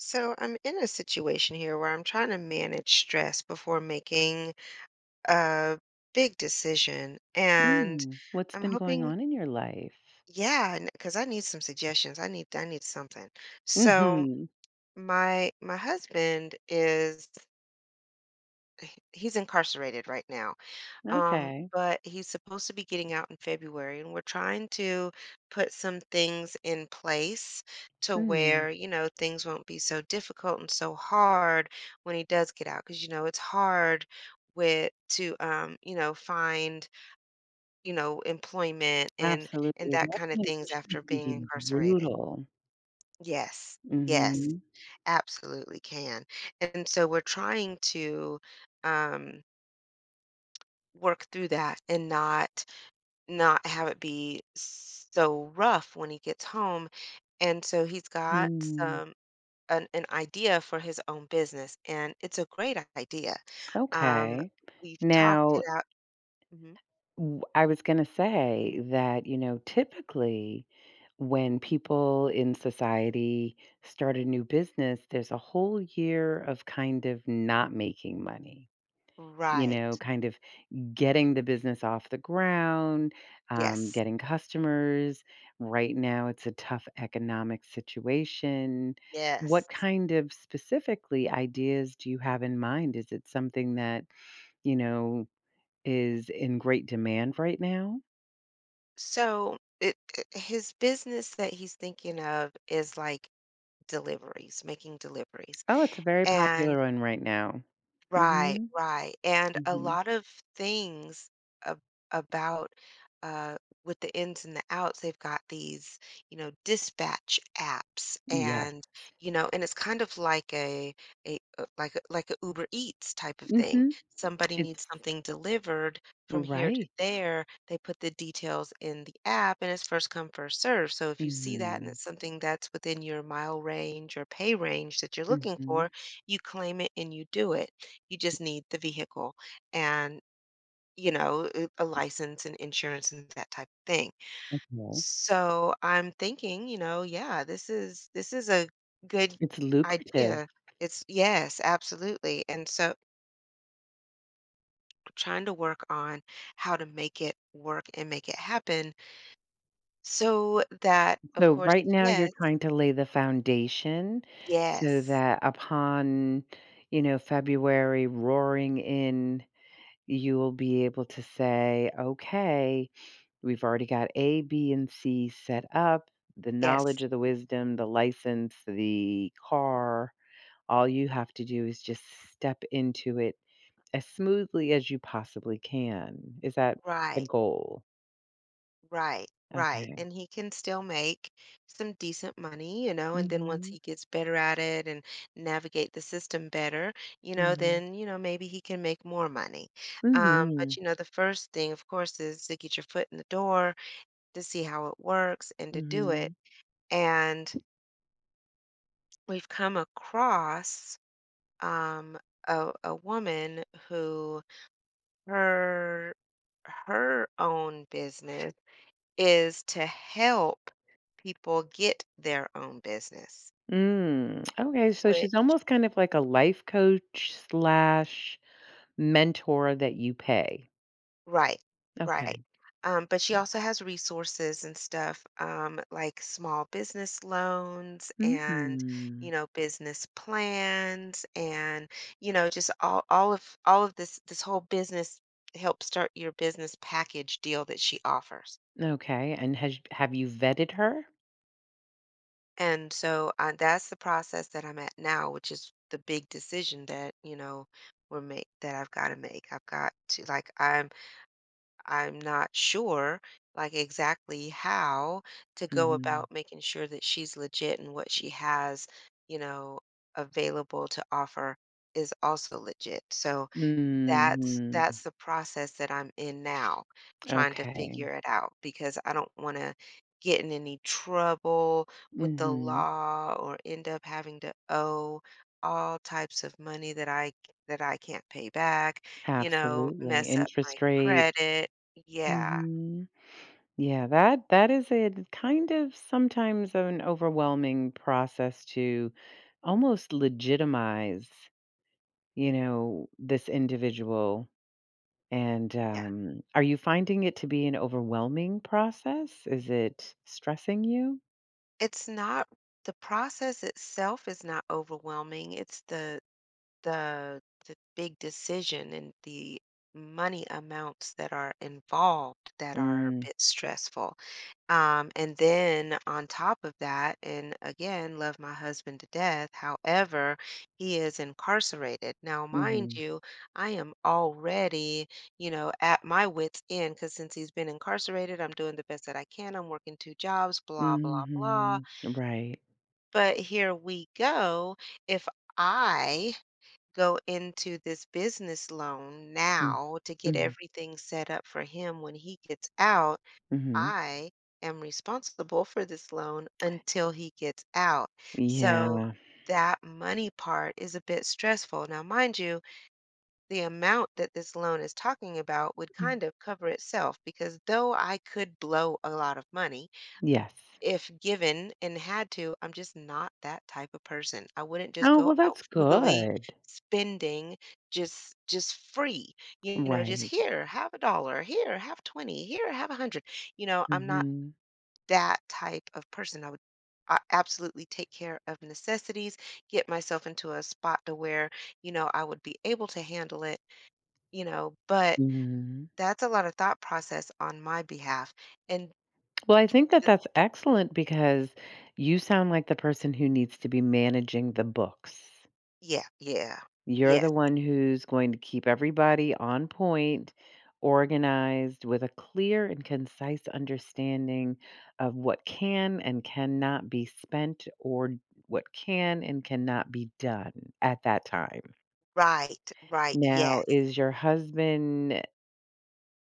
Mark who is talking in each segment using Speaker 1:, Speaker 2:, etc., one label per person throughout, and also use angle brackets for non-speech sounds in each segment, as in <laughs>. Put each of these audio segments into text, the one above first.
Speaker 1: So I'm in a situation here where I'm trying to manage stress before making a big decision. And
Speaker 2: Mm, what's
Speaker 1: I'm
Speaker 2: been going
Speaker 1: hoping,
Speaker 2: on in your life?
Speaker 1: yeah, because I need some suggestions. I need something. So
Speaker 2: Mhm,
Speaker 1: my husband is he's incarcerated right now.
Speaker 2: okay.
Speaker 1: But he's supposed to be getting out in February, and we're trying to put some things in place to
Speaker 2: Mm,
Speaker 1: where, you know, things won't be so difficult and so hard when he does get out. Because, you know, it's hard with to you know, find, employment and
Speaker 2: absolutely,
Speaker 1: that
Speaker 2: that
Speaker 1: kind of things
Speaker 2: transition
Speaker 1: after
Speaker 2: can
Speaker 1: being
Speaker 2: be
Speaker 1: incarcerated.
Speaker 2: brutal.
Speaker 1: Yes. Yes,
Speaker 2: Mhm,
Speaker 1: absolutely can. And so we're trying to um work through that and not have it be so rough when he gets home. And so he's got
Speaker 2: mm,
Speaker 1: some an idea for his own business, and it's a great idea. Um,
Speaker 2: okay.
Speaker 1: we've talked
Speaker 2: Now,
Speaker 1: it out. Mhm.
Speaker 2: w I was gonna say that, you know, typically, when people in society start a new business, there's a whole year of kind of not making money, you know,
Speaker 1: Right.
Speaker 2: kind of getting the business off the ground,
Speaker 1: Yes.
Speaker 2: getting customers. Right now, it's a tough economic situation. What
Speaker 1: Yes.
Speaker 2: kind of specifically ideas do you have in mind? Is it something that, you know, is in great demand right now?
Speaker 1: So his business that he's thinking of is like deliveries, making deliveries.
Speaker 2: Oh, it's a very
Speaker 1: And.
Speaker 2: popular one right now.
Speaker 1: Right,
Speaker 2: Mhm.
Speaker 1: right, and a
Speaker 2: Mhm.
Speaker 1: lot of things ab about, uh, with the ins and the outs, they've got these, you know, dispatch apps
Speaker 2: Yes.
Speaker 1: and, you know, and it's kind of like a like a Uber Eats type of thing.
Speaker 2: Mhm.
Speaker 1: Somebody
Speaker 2: It's
Speaker 1: needs something delivered from here to
Speaker 2: right.
Speaker 1: there, they put the details in the app, and it's first come, first serve. So if you see that and
Speaker 2: Mhm.
Speaker 1: it's something that's within your mile range or pay range that you're looking
Speaker 2: Mhm.
Speaker 1: for, you claim it and you do it. You just need the vehicle and, you know, a license and insurance and that type of thing.
Speaker 2: Okay.
Speaker 1: So I'm thinking, you know, yeah, this is a good
Speaker 2: It's lucrative.
Speaker 1: idea. It's yes, absolutely. And so trying to work on how to make it work and make it happen so that of
Speaker 2: So
Speaker 1: course,
Speaker 2: right now you're
Speaker 1: yes,
Speaker 2: trying to lay the foundation so
Speaker 1: yes,
Speaker 2: that upon, you know, February roaring in, you will be able to say, okay, we've already got A, B, and C set up, the
Speaker 1: yes,
Speaker 2: knowledge of the wisdom, the license, the car. All you have to do is just step into it as smoothly as you possibly can. Is that the
Speaker 1: right.
Speaker 2: goal?
Speaker 1: Right, right,
Speaker 2: Okay.
Speaker 1: and he can still make some decent money, you know, and then once
Speaker 2: Mm-hmm.
Speaker 1: he gets better at it and navigate the system better, you know,
Speaker 2: Mm-hmm.
Speaker 1: then, maybe he can make more money.
Speaker 2: Mm-hmm.
Speaker 1: But, you know, the first thing, of course, is to get your foot in the door, to see how it works and to do
Speaker 2: Mm-hmm.
Speaker 1: it. And we've come across um, a woman who her her own business is to help people get their own business,
Speaker 2: Mm, okay, so she's
Speaker 1: which
Speaker 2: almost kind of like a life coach slash mentor that you pay.
Speaker 1: right, right.
Speaker 2: Okay.
Speaker 1: But she also has resources and stuff like small business loans and, you
Speaker 2: Mhm.
Speaker 1: know, business plans and, you know, just all of this whole business help start your business package deal that she offers.
Speaker 2: Okay, and has have you vetted her?
Speaker 1: And so that's the process that I'm at now, which is the big decision that, you know, we're make that I've got to make. I've got to like I'm not sure like exactly how to go
Speaker 2: Mhm.
Speaker 1: about making sure that she's legit and what she has, you know, available to offer is also legit. So
Speaker 2: Mhm.
Speaker 1: that's the process that I'm in now, trying to
Speaker 2: Okay.
Speaker 1: figure it out because I don't wanna get in any trouble with the
Speaker 2: Mhm.
Speaker 1: law or end up having to owe all types of money that I can't pay back, you know,
Speaker 2: Absolutely.
Speaker 1: mess up my
Speaker 2: Interest rate.
Speaker 1: credit. Yeah,
Speaker 2: Mhm. Yeah, that is a kind of sometimes an overwhelming process to almost legitimize, you know, this individual. And,
Speaker 1: yeah.
Speaker 2: are you finding it to be an overwhelming process? Is it stressing you?
Speaker 1: It's not the process itself is not overwhelming, it's the the big decision and the money amounts that are involved that are a
Speaker 2: Mm,
Speaker 1: bit stressful. And then on top of that, and again, love my husband to death. However, he is incarcerated. Now, mind
Speaker 2: mhm.
Speaker 1: you, I am already, you know, at my wits' end because since he's been incarcerated, I'm doing the best that I can. I'm working 2 jobs, blah, blah, blah.
Speaker 2: Mhm. Right.
Speaker 1: But here we go. If I go into this business loan
Speaker 2: Mm.
Speaker 1: now to get
Speaker 2: Mhm,
Speaker 1: everything set up for him when he gets out.
Speaker 2: mhm.
Speaker 1: I am responsible for this loan until he gets out. So
Speaker 2: Yeah.
Speaker 1: that money part is a bit stressful. Now, mind you, the amount that this loan is talking about would
Speaker 2: Mm,
Speaker 1: kind of cover itself because though I could blow a lot of money,
Speaker 2: yes.
Speaker 1: if given and had to, I'm just not that type of person. I wouldn't just
Speaker 2: Oh,
Speaker 1: go
Speaker 2: well,
Speaker 1: out
Speaker 2: that's
Speaker 1: frugally
Speaker 2: good.
Speaker 1: spending just free. You know, just
Speaker 2: Right.
Speaker 1: here, have a dollar, here, have 20, here, have 100. You know, I'm not
Speaker 2: Mhm.
Speaker 1: that type of person. I absolutely take care of necessities, get myself into a spot to where, you know, I would be able to handle it, you know, but
Speaker 2: Mhm.
Speaker 1: that's a lot of thought process on my behalf. And
Speaker 2: Well, I think that
Speaker 1: th-
Speaker 2: that's excellent because you sound like the person who needs to be managing the books.
Speaker 1: yeah, yeah.
Speaker 2: You're
Speaker 1: Yeah.
Speaker 2: the one who's going to keep everybody on point, organized with a clear and concise understanding of what can and cannot be spent or what can and cannot be done at that time.
Speaker 1: Right, right,
Speaker 2: Now,
Speaker 1: yes,
Speaker 2: is your husband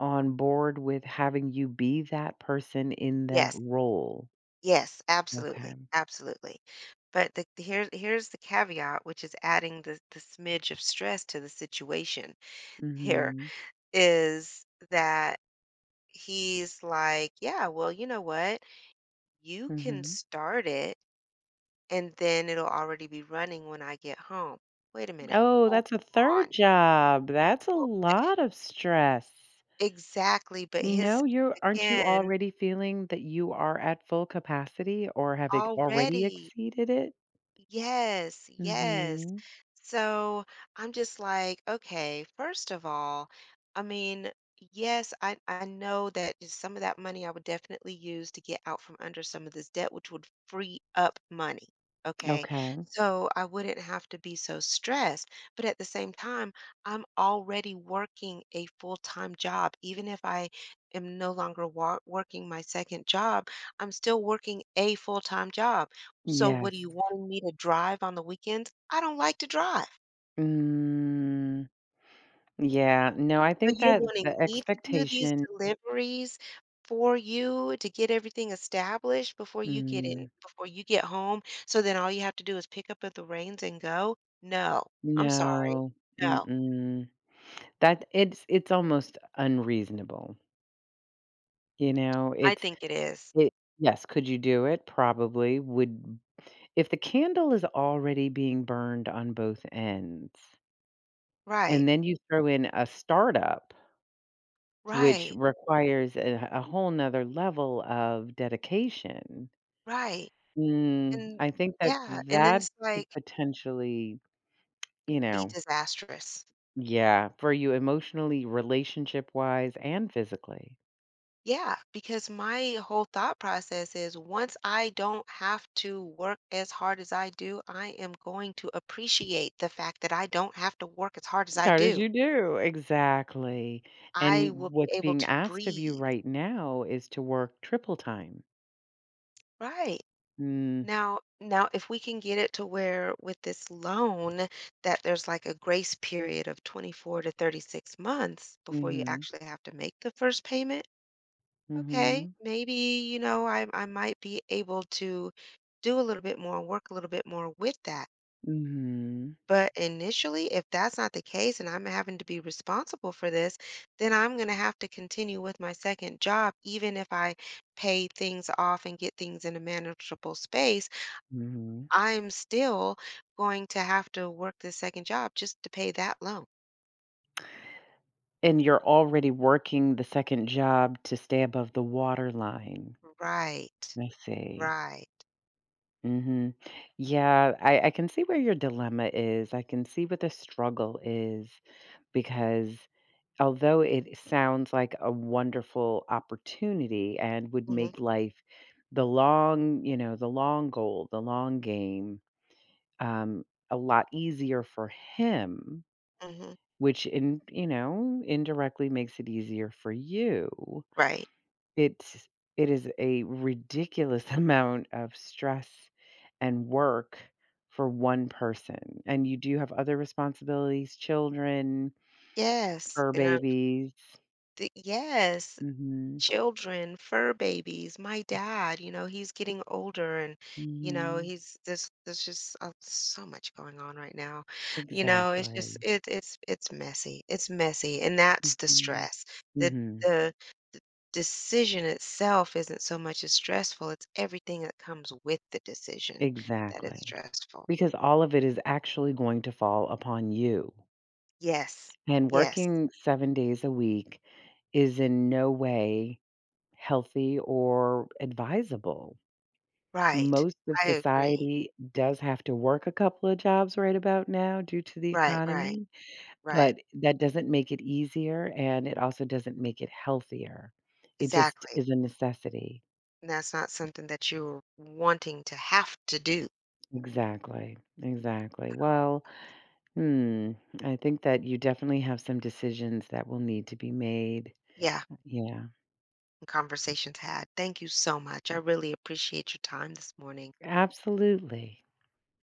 Speaker 2: on board with having you be that person in that
Speaker 1: yes,
Speaker 2: role?
Speaker 1: yes, absolutely,
Speaker 2: Okay.
Speaker 1: absolutely. But here, here's the caveat, which is adding the smidge of stress to the situation here,
Speaker 2: Mhm.
Speaker 1: is that he's like, yeah, well, you know what? You can
Speaker 2: Mhm.
Speaker 1: start it and then it'll already be running when I get home. Wait a minute,
Speaker 2: Oh,
Speaker 1: hold
Speaker 2: that's a
Speaker 1: on.
Speaker 2: 3rd job. That's a
Speaker 1: Well,
Speaker 2: lot of stress.
Speaker 1: exactly, but his,
Speaker 2: No, you aren't you
Speaker 1: again,
Speaker 2: already feeling that you are at full capacity or have ex already
Speaker 1: already.
Speaker 2: exceeded it?
Speaker 1: Yes, yes.
Speaker 2: Mhm.
Speaker 1: So I'm just like, okay, first of all, I mean, yes, I know that just some of that money I would definitely use to get out from under some of this debt, which would free up money. Okay.
Speaker 2: Okay.
Speaker 1: So I wouldn't have to be so stressed. But at the same time, I'm already working a full-time job. Even if I am no longer wa working my second job, I'm still working a full-time job. So what are
Speaker 2: Yes.
Speaker 1: you wanting me to drive on the weekends? I don't like to drive.
Speaker 2: Mm, yeah, no, I
Speaker 1: So
Speaker 2: think
Speaker 1: you're
Speaker 2: that
Speaker 1: wanting
Speaker 2: the
Speaker 1: me to do these
Speaker 2: expectation,
Speaker 1: deliveries for you to get everything established
Speaker 2: mm,
Speaker 1: before you get home, so then all you have to do is pick up at the reins and go? No. I'm sorry.
Speaker 2: no,
Speaker 1: No.
Speaker 2: mm-mm. That it's almost unreasonable, you know?
Speaker 1: I
Speaker 2: It's
Speaker 1: think it is.
Speaker 2: it Yes, could you do it? Probably. Would, if the candle is already being burned on both ends, and
Speaker 1: Right.
Speaker 2: then you throw in a startup, which
Speaker 1: Right.
Speaker 2: requires a whole 'nother level of dedication.
Speaker 1: Right.
Speaker 2: Mm,
Speaker 1: And
Speaker 2: I think that
Speaker 1: yeah, and then
Speaker 2: that
Speaker 1: it's
Speaker 2: could
Speaker 1: like,
Speaker 2: potentially, you
Speaker 1: be
Speaker 2: know,
Speaker 1: disastrous.
Speaker 2: yeah, for you emotionally, relationship-wise, and physically.
Speaker 1: Yeah, because my whole thought process is once I don't have to work as hard as I do, I am going to appreciate the fact that I don't have to work as hard as
Speaker 2: As
Speaker 1: I
Speaker 2: hard as
Speaker 1: do.
Speaker 2: you do? Exactly.
Speaker 1: I
Speaker 2: And
Speaker 1: will be
Speaker 2: what's
Speaker 1: able
Speaker 2: being
Speaker 1: to
Speaker 2: asked of you
Speaker 1: breathe.
Speaker 2: right now is to work triple time.
Speaker 1: Right.
Speaker 2: Mm,
Speaker 1: Now, if we can get it to where with this loan that there's like a grace period of 24 to 36 months before you
Speaker 2: mhm,
Speaker 1: actually have to make the first payment, okay,
Speaker 2: mhm,
Speaker 1: maybe, you know, I might be able to do a little bit more, work a little bit more with that.
Speaker 2: mhm,
Speaker 1: But initially, if that's not the case and I'm having to be responsible for this, then I'm going to have to continue with my second job. Even if I pay things off and get things in a manageable space,
Speaker 2: mhm.
Speaker 1: I'm still going to have to work the second job just to pay that loan.
Speaker 2: And you're already working the 2nd job to stay above the waterline.
Speaker 1: Right.
Speaker 2: I see.
Speaker 1: Right.
Speaker 2: Mhm. Yeah, I can see where your dilemma is, I can see what the struggle is because although it sounds like a wonderful opportunity and would
Speaker 1: Hmm.
Speaker 2: make life the long, you know, the long goal, the long game, a lot easier for him,
Speaker 1: Hmm.
Speaker 2: which in, you know, indirectly makes it easier for you.
Speaker 1: Right.
Speaker 2: It's it is a ridiculous <laughs> amount of stress and work for one person, and you do have other responsibilities, children,
Speaker 1: Yes.
Speaker 2: fur
Speaker 1: And I,
Speaker 2: babies.
Speaker 1: yes.
Speaker 2: Mhm.
Speaker 1: Children, fur babies, my dad, you know, he's getting older and, you know,
Speaker 2: Mhm.
Speaker 1: he's this there's just so much going on right now. You know, it's just
Speaker 2: Exactly.
Speaker 1: it's messy. It's messy and that's the
Speaker 2: Mhm.
Speaker 1: stress. The
Speaker 2: Mhm.
Speaker 1: the the decision itself isn't so much as stressful, it's everything that comes with the decision that is
Speaker 2: Exactly.
Speaker 1: stressful.
Speaker 2: Because all of it is actually going to fall upon you,
Speaker 1: Yes.
Speaker 2: and
Speaker 1: Yes.
Speaker 2: working 7 days a week is in no way healthy or advisable.
Speaker 1: Right.
Speaker 2: Most of
Speaker 1: I agree.
Speaker 2: society does have to work a couple of jobs right about now due to the
Speaker 1: Right, right,
Speaker 2: economy,
Speaker 1: right.
Speaker 2: but that doesn't make it easier, and it also doesn't make it healthier. It just
Speaker 1: Exactly.
Speaker 2: is a necessity.
Speaker 1: And that's not something that you're wanting to have to do.
Speaker 2: Exactly, exactly. Well, hmm, I think that you definitely have some decisions that will need to be made.
Speaker 1: Yeah,
Speaker 2: Yeah,
Speaker 1: and conversations had. Thank you so much. I really appreciate your time this morning.
Speaker 2: absolutely.